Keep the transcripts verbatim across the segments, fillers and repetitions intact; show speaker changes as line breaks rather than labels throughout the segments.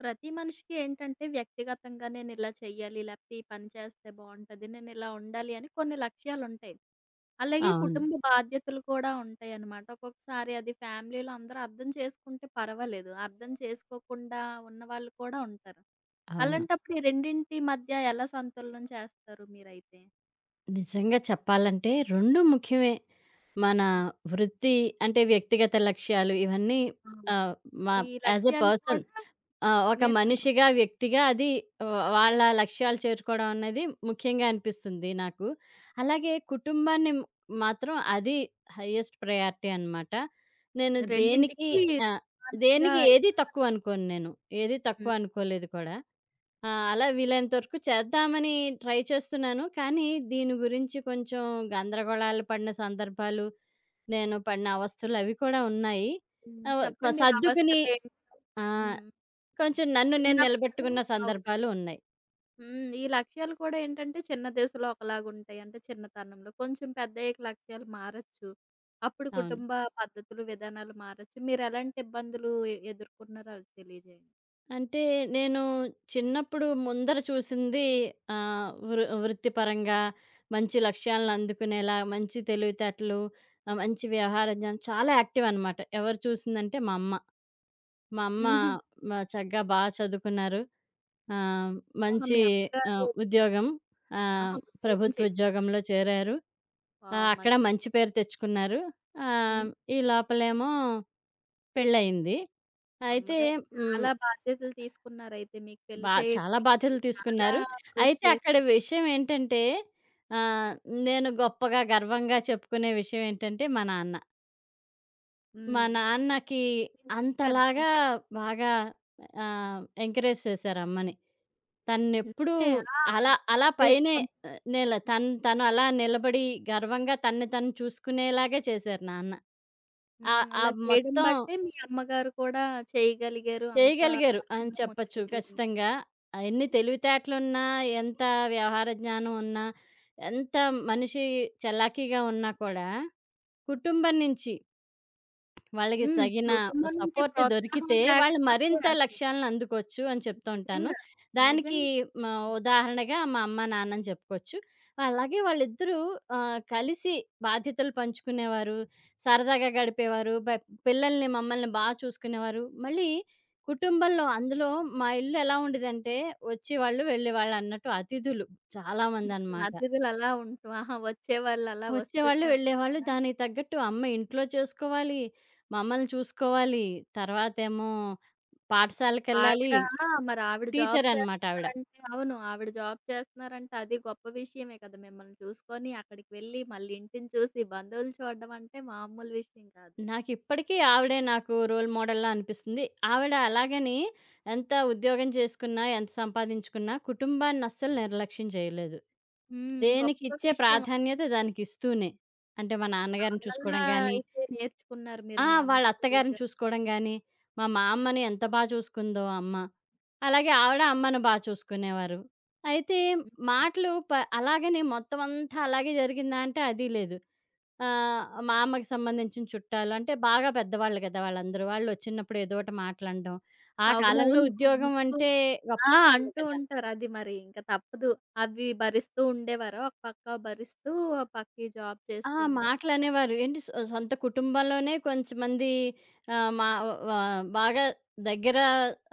ప్రతి మనిషికి ఏంటంటే వ్యక్తిగతంగా నేనిలా చెయ్యాలి, లేపోతే ఈ పని చేస్తే బావుంటది, నేనిలా ఉండాలి అని కొన్ని లక్ష్యాలుంటాయి. అలాగే
అవును.
కుటుంబ బాధ్యతలు కూడా ఉంటాయనమాట. ఒక్కొక్కసారి అది ఫ్యామిలీలో అందరూ అర్థం చేసుకుంటే పర్వాలేదు. అర్థం చేసుకోకుండా ఉన్నవాళ్ళు కూడా ఉంటారు.
అవును.
అలాంటప్పుడు ఈ రెండింటి మధ్య ఎలా సంతులనం చేస్తారు మీరైతే?
నిజంగా చెప్పాలంటే రెండూ ముఖ్యమే. మన
హ్మ్.
వృత్తి అంటే వ్యక్తిగత లక్ష్యాలు ఇవన్నీ
అవును.
ఆహ్, మా
ఈ
యాజ్ ఎ
లక్ష్యాలు
పర్సన్,
కూడా
ఆహ్, ఒక
నేను
మనిషిగా, వ్యక్తిగా అది వ వాళ్ళ లక్ష్యాలు చేరుకోవడం అనేది ముఖ్యంగా అనిపిస్తుంది నాకు. అలాగే కుటుంబాన్ని మ్- మాత్రం అది హైయెస్ట్ ప్రయారిటీ అనమాట. నేను
రెండింటికి
దేనికి ఆ!
సమానంగా
దేనికి ఏది
ఇవ్వాలంటారు.
తక్కువ అనుకోను నేను. ఏది తక్కువ
హ్మ్.
అనుకోలేదు కూడా. ఆ! అలా వీలైనంత వరకు చేద్దామని ట్రై చేస్తున్నాను. కానీ దీని గురించి కొంచెం గందరగోళాలు పడిన సందర్భాలు, నేను పడిన అవస్థలు అవి కూడా ఉన్నాయి.
హ్మ్.
ఆహ్, వ
చెప్పండి ఆ
సర్దుకుని
అవస్థలేంటో?
ఆ!
హ్మ్.
కొంచెం నన్ను నేను
చిన్నప్పుడు
నిలబెట్టుకున్న
అవును.
సందర్భాలు ఉన్నాయి.
హ్మ్. ఈ లక్ష్యాలు కూడా ఏంటంటే చిన్న దశలో ఒకలాగుంటాయి. అంటే చిన్నతనంలో. కొంచెం పెద్దయ్యాక లక్ష్యాలు మారొచ్చు. అప్పుడు
అవును.
కుటుంబ పద్ధతులు, విధానాలు మారొచ్చు. మీరెలాంటి ఇబ్బందులు ఎ ఎదుర్కొన్నారో అవి తెలియజేయండి.
అంటే నేను చిన్నప్పుడు ముందర చూసింది ఆహ్, వృ వృత్తిపరంగా మంచి లక్ష్యాలను అందుకునేలా, మంచి తెలివితేటలు, ఆహ్, మంచి వ్యవహార జ్ఞానం, చాలా యాక్టివ్ అనమాట. ఎవరు చూసిందంటే మా అమ్మ. మా అమ్మ
హుహు.
మ చక్కగా బా చదువుకున్నారు. ఆహ్,
ఆహా!
మంచి
మీ
ఆహ్,
అమ్మగారు
ఉద్యోగం, ఆహ్,
ఆహా! ఉద్యోగం చే
ప్రభుత్వ ఉద్యోగంలో చేరారు. ఆహ్,
వావ్! మం
అక్కడ మంచి పేరు తెచ్చుకున్నారు.
హ్మ్.
ఆహ్, ఈ లోపలేమో పెళ్లయింది. అయితే
అమ్మగారు
హ్మ్.
చాలా బాధ్యతలు తీసుకున్నారయితే మీకు పెళ్లి
బా చాలా
చేయడానికి
బాధ్యతలు
చాలా
తీసుకున్నారు.
కృషి
అయితే అక్కడ
చేశారు.
విషయం ఏంటంటే, ఆహ్, నేను గొప్పగా, గర్వంగా చెప్పుకునే విషయం ఏంటంటే మా నాన్న. మా
హ్మ్.
నాన్నకి
ఇంటికి పెద్దాయన.
అంతలాగా బాగా ఆహ్, ఎంకరేజ్ చేశారు అమ్మని. తనెప్పుడూ
నిజమే. ఆ!
అలా అలా
అదే
పైనే,
కొం
ఆహ్, నిల తను తను అలా నిలబడి గర్వంగా తనని తను చూసుకునేలాగే చేశారు నాన్న.
హ్మ్.
ఆహ్, ఆ
అలా చేయడం
మొత్తం
బట్టే మీ అమ్మగారు కూడా చేయగలిగారు. అంతా
చేయగలిగారు అని
మంచిగా ముందుకు
చెప్పొచ్చు
వెళ్ళింది.
ఖచ్చితంగా. ఆహ్, ఎన్ని తెలివితేటలున్నా, ఎంత వ్యవహార జ్ఞానం ఉన్నా, ఎంత మనిషి చలాకీగా ఉన్నా కూడా కుటుంబం నుంచి వాళ్ళకి
హ్మ్.
తగిన
కుటుంబం నుంచి
సపోర్ట్
ప్రోత్సాహం
దొరికితే వాళ్ళు
లేకపోతే
మరింత
అసలు
లక్ష్యాలను అందుకోవచ్చు అని చెప్తూ ఉంటాను.
నిజంగా.
దానికి
నిజంగా.
మా ఉదాహరణగా మా అమ్మ, నాన్నని చెప్పుకోవచ్చు. అలాగే వాళ్ళిద్దరూ ఆహ్, కలిసి బాధ్యతలు పంచుకునేవారు, సరదాగా గడిపేవారు, బ పిల్లల్ని మమ్మల్ని బా చూసుకునేవారు. మళ్ళీ కుటుంబంలో అందులో మా ఇల్లు ఎలా ఉండేదంటే వచ్చేవాళ్ళు, వెళ్ళేవాళ్ళు అన్నట్టు అతిథులు చాలామందనమాట.
అతిథులు అలా ఉంటూ ఆహా! వచ్చేవాళ్ళు అలా
వచ్చేవాళ్ళు,
వస్తూనే
వెళ్ళేవాళ్ళు.
ఉంటారా?
దానికి తగ్గట్టు అమ్మ ఇంట్లో చేసుకోవాలి, మమ్మల్ని చూసుకోవాలి, తర్వాతేమో
ఆవిడ
పాఠశాలకెళ్ళాలి.
మరి ఆవిడ జాబ్
టీచరనమాట ఆవిడ.
చేస్తున్నారంటే అవును. ఆవిడ జాబ్ చేస్తున్నారంటే అది గొప్ప విషయమే కదా! మిమ్మల్ని చూసుకొని అక్కడికి వెళ్ళి మళ్ళీ ఇంటిని చూసి బంధువులు చూడడం అంటే మామూలు విషయం కాదు.
నాకిప్పటికీ ఆవిడే నాకు రోల్ మోడల్‌లా అనిపిస్తుంది. ఆవిడ అలాగని ఎంత ఉద్యోగం చేసుకున్నా, ఎంత సంపాదించుకున్నా కుటుంబాన్నస్సలు నిర్లక్ష్యం చేయలేదు.
హ్మ్. గొప్ప
దేనికిచ్చే
విషయం అసలు.
ప్రాధాన్యత దానికిస్తూనే. అంటే మా నాన్నగారిని
చాలా
చూసుకోవడం గాని,
అయితే నేర్చుకున్నారు మీరు
ఆ!
మీ
వాళ్ళ
అమ్మగారి
అత్తగారిని
దగ్గర.
చూసుకోవడం గానీ, మా మా అమ్మని ఎంత బా చూసుకుందో అమ్మ. అలాగే ఆవిడ అమ్మను బా చూసుకునేవారు. అయితే
హ్మ్.
మాటలు ప అలాగని మొత్తం అంతా అలాగే జరిగిందా అంటే అది లేదు. ఆహ్, మా అమ్మకి సంబంధించిన చుట్టాలు అంటే బాగా పెద్దవాళ్ళు కదా, వాళ్ళందరూ. వాళ్ళొచ్చినప్పుడు ఏదో ఒకటి మాట్లాడడం. ఆ కాలంలో
అవునవును.
ఉద్యోగం
అంటూ
అంటే గొప్ప
ఆ!
విషయం
అంటూ
కదా!
ఉంటారు. అది మరి ఇంక తప్పదు. అవి భరిస్తూ ఉండేవారా? ఒక పక్క భరిస్తూ, ఒక పక్క ఈ జాబ్
ఆ!
చేస్తూ ఉండే
మాటలనేవారు. ఏంటి సొ సొంత కుటుంబాల్లోనే కొంచెమంది, ఆహ్, మా వ బాగా దగ్గర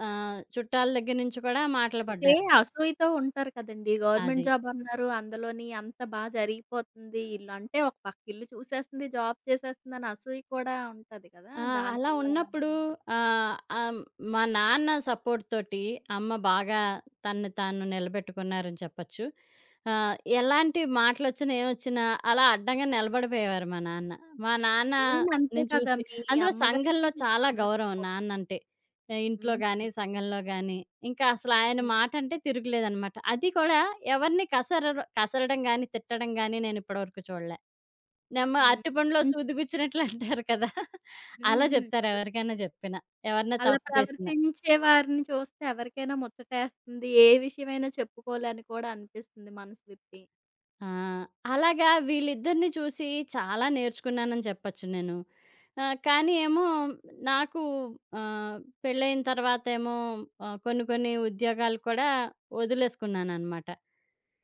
ఆహ్, చుట్టాల దగ్గర నుంచి కూడా మాటలు
అంటే
పడ్డారు.
అసూయతో ఉంటారు కదండీ. గవర్నమెంట్
అది.
జాబ్ అన్నారు. అందులోని అంత బా జరిగిపోతుంది. ఇల్లు అంటే ఒక పక్క ఇల్లు చూసేస్తుంది, జాబ్ చేసేస్తుందని అసూయ కూడా ఉంటది కదా!
ఆ! అలా
దానివల్ల అలా
ఉన్నప్పుడు
ఉండదు.
ఆహ్, ఆహ్, మా నాన్న సపోర్ట్ తోటి అమ్మ బాగా తనని తాను నిలబెట్టుకున్నారని చెప్పొచ్చు. ఆహ్, ఎలాంటి మాటలొచ్చినా, ఏమొచ్చినా అలా అడ్డంగా నిలబడిపోయేవారు మా నాన్న. మా నాన్న
మెయిన్ అంతే
నేను
కదా!
చూసి
మీ
అందులో
అమ్మగారికి
సంఘంలో
మీ
చాలా
నాన్న
గౌరవం
సపోర్ట్.
నాన్నంటే. ఆహ్, ఇంట్లో
హుహు.
గాని, సంఘంలో గాని ఇంకా అసలు ఆయన
హ్మ్.
మాటంటే తిరుగులేదనమాట. అది కూడా ఎవరిని కసరరు కసరడం గాని, తిట్టడం గాని నేనిప్పటి వరకు చూడలే. నిమ్మ
హ్మ్.
అరటిపండులో సూది
మంచిది.
గుచ్చినట్లు అంటారు కదా!
హ్మ్.
అలా
హ్మ్.
చెప్తారు
అలా
ఎవరికైనా చెప్పినా. ఎవరైనా
అలా
తప్పు చేసినా.
ప్రవర్తించే వారిని చూస్తే ఎవరికైనా ముచ్చటేస్తుంది. ఏ విషయమైనా చెప్పుకోవాలని కూడా అనిపిస్తుంది మనసు విప్పి.
ఆ! అలాగా వీళ్ళిద్దరిని చూసి చాలా నేర్చుకున్నానని చెప్పొచ్చు నేను. ఆహ్, కానీ ఏమో నాకు ఆహ్, పెళ్ళైన తర్వాత ఏమో ఆహ్, కొన్ని కొన్ని ఉద్యోగాలు కూడా వదిలేసుకున్నాననమాట.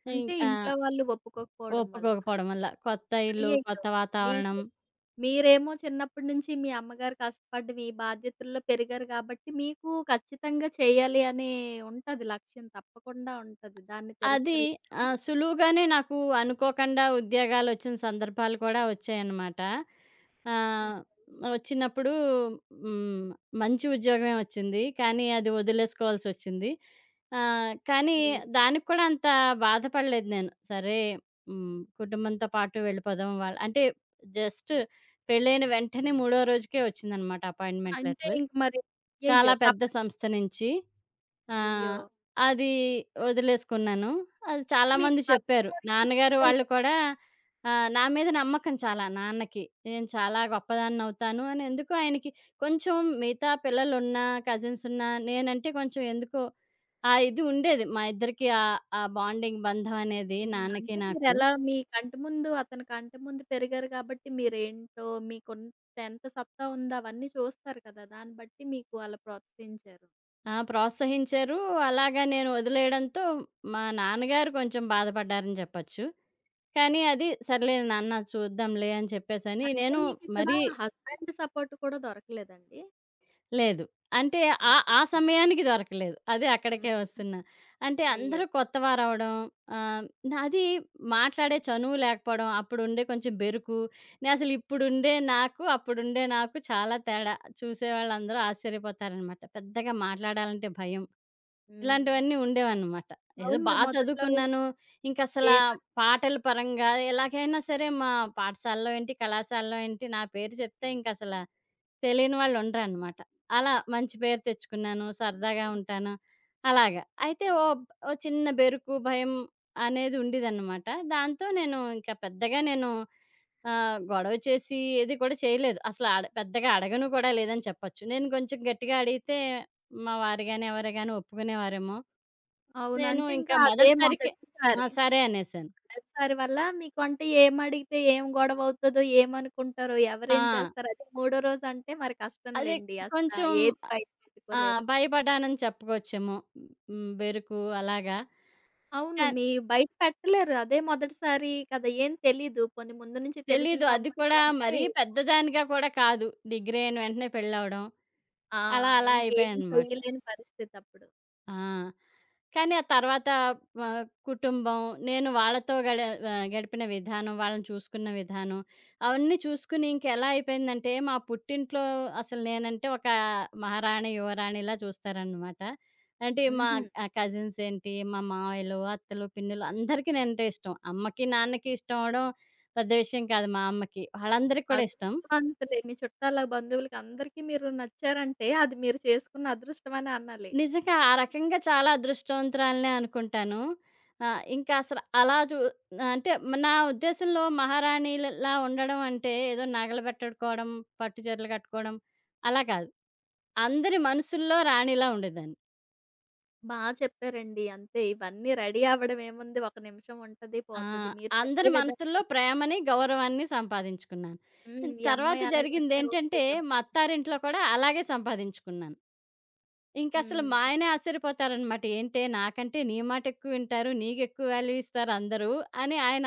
అంటే
ఇంకా
ఇంట్లో వాళ్ళు ఒప్పుకోకపోవడం వల్ల.
ఒప్పుకోకపోవడం వల్ల. కొత్త ఇల్లు,
అయ్యయ్యో!
కొత్త వాతావరణం
మీకి మీరేమో చిన్నప్పటి నుంచి మీ అమ్మగారు కష్టపడ్డ మీ బాధ్యతల్లో పెరిగారు కాబట్టి మీకు ఖచ్చితంగా చేయాలి అనే ఉంటది లక్ష్యం తప్పకుండా ఉంటది. దాన్ని
అది
తిరస్కరించారా?
ఆహ్, సులువుగానే నాకు అనుకోకుండా ఉద్యోగాలొచ్చిన సందర్భాలు కూడా వచ్చాయన్నమాట.
హ్మ్.
ఆహ్, వచ్చినప్పుడు హ్మ్. మంచి ఉద్యోగమే వచ్చింది. కానీ అది వదిలేసుకోవాల్సొచ్చింది. ఆహ్, కానీ
అయ్యయ్యో!
దానికి కూడా అంత బాధపడలేదు నేను. సరే హ్మ్. కుటుంబంతో పాటు వెళ్ళిపోదాం వాళ్ళ అంటే, జస్ట్ పెళ్ళైన వెంటనే మూడో రోజుకే వచ్చిందనమాట అపాయింట్‌మెంట్
అంటే
లెటరు.
ఇంక మరి
చాలా
అయ్యయ్యో!
పెద్ద
తప్పదు.
సంస్థ నుంచి. ఆ!
అయ్యో!
అది వదిలేసుకున్నాను. అది
అంటే మీ
చాలామంది
భర్త
చెప్పారు.
గారికి
నాన్నగారు వాళ్ళు
చెప్పారా?
కూడా. ఆహ్, నా మీద నమ్మకం చాలా నాన్నకి. నేను చాలా గొప్పదాన్నవుతాను అని ఎందుకో ఆయనకి కొంచెం, మిగతా పిల్లలున్నా, కజిన్సున్నా నేనంటే కొంచెం ఎందుకో ఆ ఇది ఉండేది. మా ఇద్దరికి ఆహ్, ఆ బాండింగ్, బంధం అనేది
హ్మ్.
నాన్నకి
అంటే
నాకు.
మీరెలా మీ కంటి ముందు అతని కంటి ముందు పెరిగారు కాబట్టి మీరేంటో మీకుంత ఎంత సత్తా ఉందో అవన్నీ చూస్తారు కదా! దాన్ని బట్టి మీకు అలా ప్రోత్సహించారు.
ఆ! ప్రోత్సహించారు. అలాగా నేను వదిలేయడంతో మా నాన్నగారు కొంచెం బాధపడ్డారని చెప్పొచ్చు. కానీ అది సర్లే నాన్న చూద్దాంలే అని చెప్పేసని
అంటే
నేను
మీకిక్కడ
మరీ
హస్బెండ్ సపోర్ట్ కూడా దొరకలేదండి?
లేదు. అంటే ఆ ఆ
అయ్యయ్యో!
సమయానికి దొరకలేదు. అదే
హ్మ్.
అక్కడికే వస్తున్నా. అంటే అందరూ
అయ్యో!
కొత్తవారవ్వడం, ఆహ్, నాది మాట్లాడే చనువు లేకపోవడం, అప్పుడుండే కొంచెం బెరుకు, నేనసలు ఇప్పుడుండే నాకు, అప్పుడుండే నాకు చాలా తేడా. చూసేవాళ్ళందరూ ఆశ్చర్యపోతారనమాట. పెద్దగా మాట్లాడాలంటే భయం.
హ్మ్.
ఇలాంటివన్నీ ఉండేవన్నమాట. ఏదో
అవును.
బా
మరి మొదట్లో
చదువుకున్నాను. ఇంకసలా
ఏమని
పాటల పరంగా ఎలాగైనా సరే మా పాఠశాలలో ఏంటి, కళాశాలలో ఏంటి, నా పేరు చెప్తే ఇంకసల తెలియని వాళ్ళుండరనమాట. అలా మంచి పేరు తెచ్చుకున్నాను. సరదాగా ఉంటాను. అలాగా. అయితే ఓ ఓ చిన్న బెరుకు, భయం అనేది ఉండేదనమాట. దాంతో నేను ఇంకా పెద్దగా నేను ఆహ్, గొడవ చేసి ఏది కూడా చేయలేదు. అసల అడ పెద్దగా అడగను కూడా లేదని చెప్పొచ్చు. నేను కొంచెం గట్టిగా అడిగితే మా వారు గాని, ఎవరు గాని ఒప్పుకునేవారేమో.
అవును.
నేను
అంటే ఇంకా
ఇంకా
అదే
మొదటిసారికే ఆ!
మొదటిసారి.
సరే అనేసాను.
మొదటిసారి వల్ల మీకు అంటే ఏమడిగితే ఏం గొడవవుతదో, ఏమనుకుంటారో,
ఆ!
ఎవరేం చేస్తారో, అదే మూడో రోజంటే మరి
అదే
కష్టంలెండి. అసలా
కొంచెం
ఏది బయట
ఆ!
పెట్టుకోలేరు.
భయపడ్డానని చెప్పుకోవచ్చేమో. హ్మ్. బెరుకు అలాగా.
అవును.
కానీ
మీ బయట పెట్టలేరు. అదే మొదటిసారి కదా! ఏం తెలీదు. పోనీ ముందు నుంచి తెలిసిన
తెలీదు. అది
సంబంధం
కూడా
అయితే
మరీ పెద్దదానిగా కూడా కాదు. డిగ్రీ అయిన వెంటనే పెళ్ళవ్వడం.
ఆ!
అలా అలా
ఇంకేం
అయిపోయానన్నమాట.
చెయ్యలేని పరిస్థితప్పుడు.
ఆ! కానీ ఆ తర్వాత వ కుటుంబం, నేను వాళ్ళతో గడ ఆహ్, గడిపిన విధానం, వాళ్ళని చూసుకున్న విధానం, అవన్నీ చూసుకుని ఇంకెలా అయిపోయిందంటే, మా పుట్టింట్లో అసలు నేనంటే ఒక మహారాణి, యువరాణిలా చూస్తారనమాట. అంటే మా
హుహు.
ఆహ్, కజిన్స్ ఏంటి, మా మావయ్యలు, అత్తలు, పిన్నులు అందరికీ నేనంటే ఇష్టం. అమ్మకి, నాన్నకి ఇష్టం అవ్వడం పెద్ద విషయం కాదు మా అమ్మకి. వాళ్ళందరికీ కూడా ఇష్టం.
అదృష్టవంతులే మీ చుట్టాల, బంధువులకి అందరికీ మీరు నచ్చారంటే అది మీరు చేసుకున్న అదృష్టమనే అనాలి.
నిజంగా ఆ రకంగా చాలా అదృష్టవంతురాలనే అనుకుంటాను. ఆహ్, ఇంకా అసలు అలా చూ అంటే మ- నా ఉద్దేశంలో మహారాణిలలా ఉండడం అంటే ఏదో నగలు పెట్టుకోవడం, పట్టు చీరలు కట్టుకోవడం అలా కాదు. అందరి మనసుల్లో రాణిలా ఉండేదాన్ని.
బా చెప్పారండి. అంతే ఇవన్నీ రెడీ అవ్వడం ఏముంది, ఒక నిమిషం ఉంటది,
ఆ!
పోతది. మీరు
అందరి
చెప్పే విధంగా
మనసుల్లో ప్రేమని, గౌరవాన్ని సంపాదించుకున్నాను.
హ్మ్. ఈ
తర్వాత
అమ్మాయి అనగానే ఓకే.
జరిగిందేంటంటే
అమ్మ.
మా అత్తారింట్లో కూడా అలాగే సంపాదించుకున్నాను. ఇంకసలు మా
హ్మ్.
ఆయనే ఆశ్చర్యపోతారనమాట. ఏంటే నాకంటే నీ మాటెక్కువ వింటారు. నీకెక్కువ వాల్యూ ఇస్తారు అందరూ అని ఆయన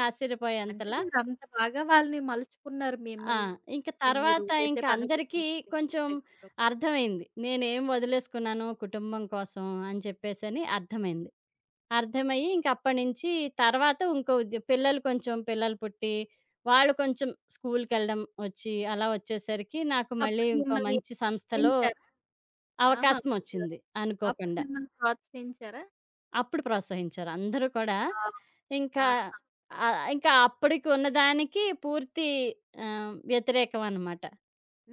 అంటే
ఆశ్చర్యపోయేంతలా.
మీరంత బాగా వాళ్ళని మలుచుకున్నారు.
ఆ! ఇంక
మిమ్మల్ని మీరు
తర్వాత
చేసే
ఇంక
పనులని
అందరికీ కొంచెం
చూపించే గౌరవం.
అర్థమైంది. నేనేం వదిలేసుకున్నాను కుటుంబం కోసం అని చెప్పేసని అర్థమైంది. అర్థమయ్యి ఇంకప్పటినుంచి తర్వాత ఇంకో ఉద్యో పిల్లలు కొంచెం, పిల్లలు పుట్టి, వాళ్ళు కొంచెం స్కూలుకెళ్ళడం వచ్చి అలా వచ్చేసరికి నాకు మళ్ళీ
అప్పుడు
ఇంకో
మిమ్మల్ని
మంచి సంస్థలో
హింసారా? ఆహా!
అవకాశమొచ్చింది
అప్పుడు
అనుకోకుండా.
మిమ్మల్ని ప్రోత్సహించారా?
అప్పుడు ప్రోత్సహించారు. అందరూ కూడా
ఆ!
ఇంకా,
ఆహా!
ఆహ్, ఇంకా అప్పటికి ఉన్నదానికి పూర్తి ఆహ్, వ్యతిరేకం అనమాట.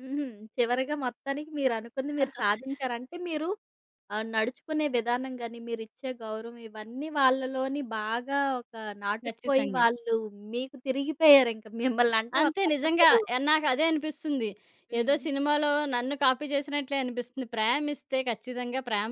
హుహు. చివరగా మొత్తానికి మీరనుకుంది మీరు సాధించారు. అంటే మీరు ఆహ్, నడుచుకునే విధానం గాని, మీరిచ్చే గౌరవం ఇవన్నీ వాళ్ళలోని బాగా ఒక నాటుకుపోయి
ఖచ్చితంగా.
వాళ్ళు మీకు తిరిగిపోయారింక. మిమ్మల్నంటే ఒక
అంతే
పక్క
నిజంగా,
మీరు
ఆహ్, నాకదే అనిపిస్తుంది. ఏదో
హ్మ్.
సినిమాలో నన్ను కాపీ చేసినట్లే అనిపిస్తుంది. ప్రేమిస్తే ఖచ్చితంగా ప్రేమ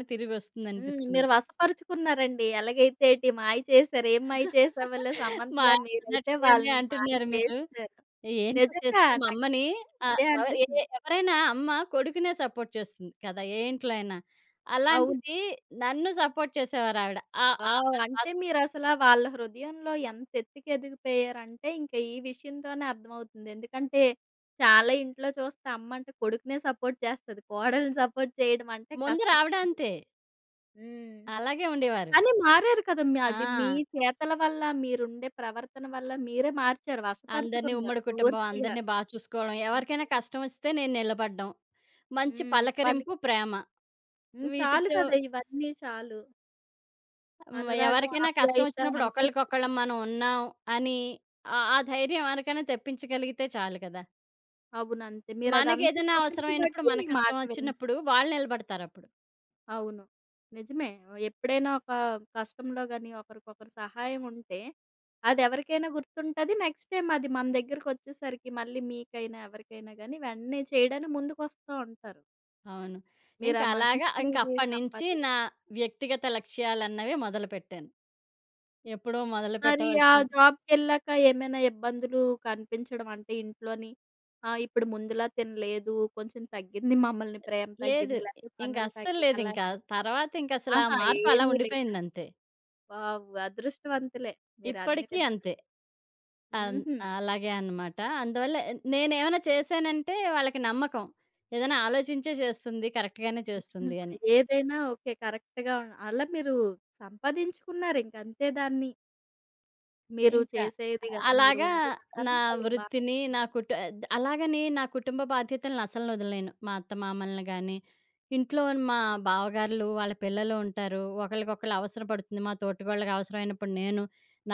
హ్మ్.
తిరిగొస్తుందనిపిస్తుంది.
మీరు వశపరుచుకున్నారండి. ఎలాగైతే ఏటి మాయ చేశారు. ఏం మాయ చేసావులే
మా
సమంతలా
ఆయన
మీరైతే
అన్నట్లుగానే
వాళ్ళని మాయ
అంటున్నారు మీరు.
చేసేసారు.
ఏంటో
నిజంగా
చేస్తారు మా
నాకు
అమ్మని, ఆహ్,
అదే
ఎవ ఏ
అనిపిస్తుంది.
ఎవరైనా అమ్మ కొడుకునే సపోర్ట్ చేస్తుంది కదా! ఏ ఇంట్లో అయినా.
అవును.
అలాంటిది నన్ను సపోర్ట్ చేసేవారావిడ. ఆహ్, ఆ
వావ్!
పని
అంటే
అస్
మీరసల వాళ్ళ హృదయంలో ఎంత ఎత్తుకెదిగిపోయారంటే, ఇంక ఈ విషయంతోనే అర్థమవుతుంది. ఎందుకంటే, చాలా ఇంట్లో చూస్తే అమ్మంటే కొడుకునే సపోర్ట్ చేస్తది. కోడల్ని సపోర్ట్ చేయడం అంటే కష్టమే.
ముందరావిడ అంతే.
హ్మ్.
అలాగే ఉండేవారు.
కానీ మారారు కదా! మీ అది మీ
ఆ!
చేతల వల్ల, మీరుండే ప్రవర్తన వల్ల మీరే మార్చారు.
అందరిని
వశపరుచుకున్నారు
ఉమ్మడి కుటుంబం,
పూర్తిగా.
అందరిని బా చూసుకోవడం,
హ్మ్.
ఎవరికైనా కష్టమొస్తే నేను నిలబడడం, మంచి
హ్మ్. వాళ్ళకి
పలకరింపు, ప్రేమ.
హ్మ్. చాలు
వీటితో
కదా! ఇవన్నీ చాలు.
హ్మ్.
అనురాగం,
ఎవరికైనా
ఆప్యాయత
కష్టమొచ్చినప్పుడు
అన్నీ
ఒకళ్ళకొకళ్ళం
పంచారు.
మనం ఉన్నాం అని, ఆహ్, ఆ ధైర్యం ఎవరికైనా తెప్పించగలిగితే చాలు కదా!
అవును. అంతే. మీరదంతా
మనకేదైనా అవసరమైనప్పుడు,
చూపించబట్టి
మన
మీ మాట
కష్టం వచ్చినప్పుడు
విన్నారు.
వాళ్ళు నిలబడతారప్పుడు.
అవును. నిజమే. ఎప్పుడైనా ఒక కష్టంలో గాని, ఒకరికొకరు సహాయం ఉంటే, అదెవరికైనా గుర్తుంటది. నెక్స్ట్ టైమ్ అది మన దగ్గరకొచ్చేసరికి మళ్ళీ మీకైనా, ఎవరికైనా గాని వెంటనే చేయడానికి ముందుకొస్తా ఉంటారు.
అవును. ఇంకా
మీరా
అలాగా ఇంక
మంచిది
అప్పటినుంచి నా
సంపాదించి
వ్యక్తిగత లక్ష్యాలన్నవి మొదలుపెట్టాను. ఎప్పుడో
మరి ఆ
మొదలుపెట్టవలసింది.
జాబ్‌కెళ్ళాక ఏమైనా ఇబ్బందులు కనిపించడం అంటే ఇంట్లోని ఆహ్, ఇప్పుడు ముందులా తినలేదు, కొంచెం తగ్గింది మమ్మల్ని ప్రేమ
లేదు.
తగ్గింది, లేకపోతే
ఇంక
పనులు
అస్సలు
తగ్గాయి అలా
లేదింక. తర్వాత ఇంకసల ఆ
ఆహా!
మార్పు అలా
ఏమీ లేదా?
ఉండిపోయిందంతే.
వావ్! అదృష్టవంతులే. మీరు అన్ని
ఇప్పటికీ
విధాలా
అంతే. అన్
హుహు.
అలాగే అన్నమాట. అందువల్ల ఎ నేనేమైనా చేశానంటే వాళ్ళకి నమ్మకం. ఏదైనా ఆలోచించే చేస్తుంది. కరెక్ట్‌గానే
హ్మ్.
చేస్తుంది అని.
ఏదైనా ఓకే. కరెక్ట్‌గా అలా మీరు సంపాదించుకున్నారింక అంతే దాన్ని. మీరు
ఇంకా
చేసేది గాని, మీరు
అలాగా
ఉండే
నా
విధానం వాళ్ళకి బాగా
వృత్తిని, నా
నచ్చింది.
కుటు ద్ అలాగని నా కుటుంబ బాధ్యతలను అసలు వదలలేను. మా అత్తమామల్ని గాని, ఇంట్లో మా బావగార్లు, వాళ్ళ పిల్లలు ఉంటారు. ఒకళ్ళకొకళ్ళు అవసరపడుతుంది. మా తోటికోడళ్ళకి అవసరమైనప్పుడు నేను,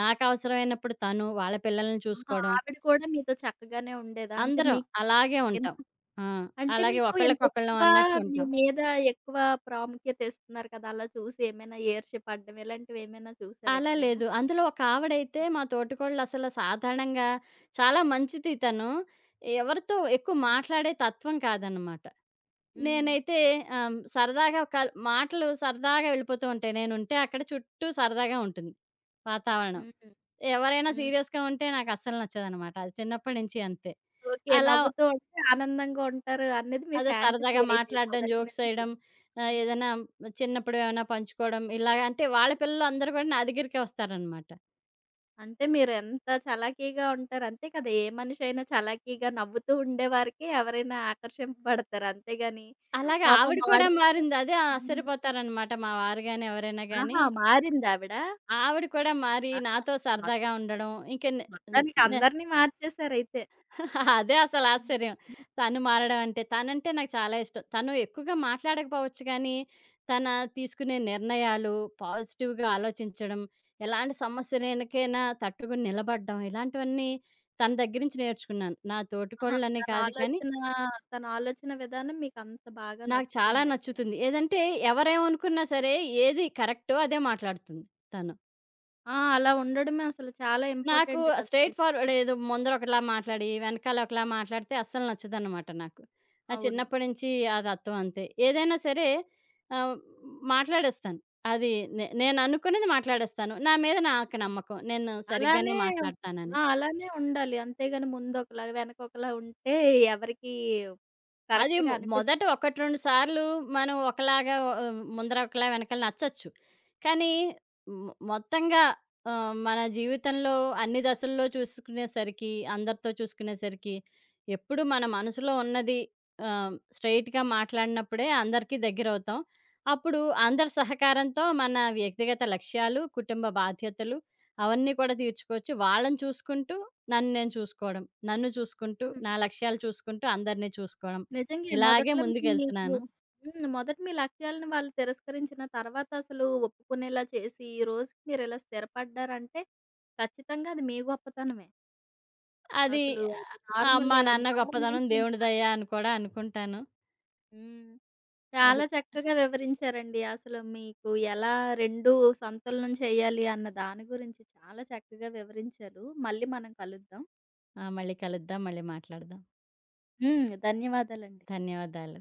నాకు అవసరమైనప్పుడు తను, వాళ్ళ పిల్లల్ని
ఆహా!
చూసుకోవడం.
ఆవిడ కూడా మీతో చక్కగానే ఉండేదా? అంటే
అందరం
మీకు
అలాగే
ఎంత
ఉంటాం. ఆ!
అంటే
అలాగే
మీకు ఇంత
ఒకళ్ళకొకళ్ళం
ఎక్కువ
అన్నట్టు
మీ
ఉంటాం.
మీద ఎక్కువ ప్రాముఖ్యత ఇస్తున్నారు కదా! అలా చూసి ఏమైనా ఈర్ష్య పడడం ఇలాంటివేమైనా చూసారా
అలా
ఎప్పుడైనా?
లేదు. అందులో ఒక ఆవిడైతే మా తోటికోడలు అసలు సాధారణంగా చాలా మంచిది తను. ఎవరితో ఎక్కువ
హ్మ్.
మాట్లాడే తత్వం కాదనమాట.
హ్మ్.
నేనైతే ఆహ్, సరదాగా ఒక మాటలు సరదాగా వెళ్ళిపోతూ ఉంటాయి. నేనుంటే అక్కడ చుట్టూ సరదాగా ఉంటుంది వాతావరణం.
హ్మ్.
ఎవరైనా
హ్మ్.
సీరియస్‌గా ఉంటే నాకస్సలు నచ్చదనమాట. అది చిన్నప్పటి నుంచి అంతే.
ఓకే.
అలా
నవ్వుతూ ఉంటే ఆనందంగా ఉంటారు అనేది మీ
అదే సరదాగా
ఫ్యాంటసీ అయితే
మాట్లాడడం,
మొదటి
జోక్స్
నుంచి.
ఏయడం, ఆహ్,
హ్మ్.
ఏదైనా చిన్నప్పుడు ఏమైనా పంచుకోవడం ఇలాగ అంటే వాళ్ళ పిల్లలు అందరూ కూడా నా దగ్గరికే వస్తారనమాట.
అంటే మీరెంత చలాకీగా ఉంటారు. అంతే కదా! ఏ మనిషి అయినా చలాకీగా నవ్వుతూ ఉండేవారికి ఎవరైనా ఆకర్షింపబడతారు. అంతేగాని
అలాగే
మొఖం
ఆవిడ కూడా
మాడినా
మారింది. అదే
హ్మ్.
ఆశ్చర్యపోతారనమాట మా వారు గాని, ఎవరైనా గాని.
ఆహా! మారిందావిడ?
ఆవిడ కూడా మారి
ఆహా!
నాతో
మొ
సరదాగా ఉండడం ఇంక.
మొత్తానికి
నే
అందరిని మార్చేసారయితే.
అదే అసలు ఆశ్చర్యం. తను మారడం అంటే. తనంటే నాకు చాలా ఇష్టం. తను ఎక్కువగా మాట్లాడకపోవచ్చు గానీ, తన తీసుకునే నిర్ణయాలు, పాజిటివ్‌గా ఆలోచించడం, ఎలాంటి సమస్యలనకైనా తట్టుకుని నిలబడడం, ఇలాంటివన్నీ తన దగ్గర నుంచి నేర్చుకున్నాను. నా
ఆహా!
తోటికోడళ్ళనే
తన
కాదు కానీ,
ఆలోచన, తన ఆలోచన విధానం మీకంత బాగా
నాకు చాలా
నచ్చుతుందయితే.
నచ్చుతుంది. ఏదంటే ఎవరేమనుకున్నా సరే, ఏది కరెక్టో అదే మాట్లాడుతుంది తను.
ఆ! అలా ఉండడమే అసలు చాలా
నాకు
ఇంపార్టెంట్ కదా!
స్ట్రెయిట్ ఫార్వర్డ్, ఏదో ముందర ఒకలా మాట్లాడి, వెనకాల ఒకలా మాట్లాడితే అస్సలు నచ్చదనమాట నాకు. అది
అవును.
చిన్నప్పటి నుంచి ఆ తత్వం అంతే. ఏదైనా సరే ఆహ్, మాట్లాడేస్తాను. అది నే నేననుకున్నది మాట్లాడేస్తాను. నా మీద నాకు
హ్మ్.
నమ్మకం. నేను సరిగ్గానే
అలానే
మాట్లాడతానని.
ఆ! అలానే ఉండాలి. అంతేగాని ముందొకలా, వెనకొకలా ఉంటే ఎవరికీ
అది
కరెక్ట్‌గా
మొ
అనిపించదు.
మొదట ఒకటి, రెండు సార్లు మనం ఒకలాగా ఆహ్, ముందర ఒకలా వెనకాల నచ్చొచ్చు. కానీ మొ మొత్తంగా ఆహ్, మన జీవితంలో అన్ని దశల్లో చూసుకునేసరికి, అందరితో చూసుకునేసరికి ఎప్పుడు మన మనసులో ఉన్నది ఆహ్, స్ట్రెయిట్‌గా మాట్లాడినప్పుడే అందరికీ దగ్గరవుతాం. అప్పుడు అందరి సహకారంతో మన వ్యక్తిగత లక్ష్యాలు, కుటుంబ బాధ్యతలు అవన్నీ కూడా తీర్చుకోవచ్చు. వాళ్ళని చూసుకుంటూ, నన్ను నేను చూసుకోవడం. నన్ను చూసుకుంటూ,
హ్మ్.
నా లక్ష్యాలు చూసుకుంటూ, అందరిని చూసుకోవడం.
నిజంగే
ఇలాగే
మొదట్లో మీ మీకు
ముందుకెళ్తున్నాను.
హ్మ్. మొదట మీ లక్ష్యాలను వాళ్ళు తిరస్కరించిన తర్వాత అసలు ఒప్పుకునేలా చేసి, ఈ రోజుకి మీరిలా స్థిరపడ్డారంటే ఖచ్చితంగా అది మీ గొప్పతనమే.
అది,
అసలు అది
ఆహ్,
నార్మల్
మా నాన్న
మామూలు
గొప్పదనం,
విషయం
దేవుడి దయ
కాదు.
అని కూడా అనుకుంటాను.
హ్మ్.
అది.
చాలా చక్కగా వివరించారండి. అసలు మీకు ఎలా రెండింటి సంతులనం చేయాలి అన్న దాని గురించి చాలా చక్కగా వివరించారు. మళ్ళీ మనం కలుద్దాం.
ఆ! మళ్ళీ కలుద్దాం. మళ్ళీ మాట్లాడదాం.
హ్మ్. ధన్యవాదాలండి.
ధన్యవాదాలు.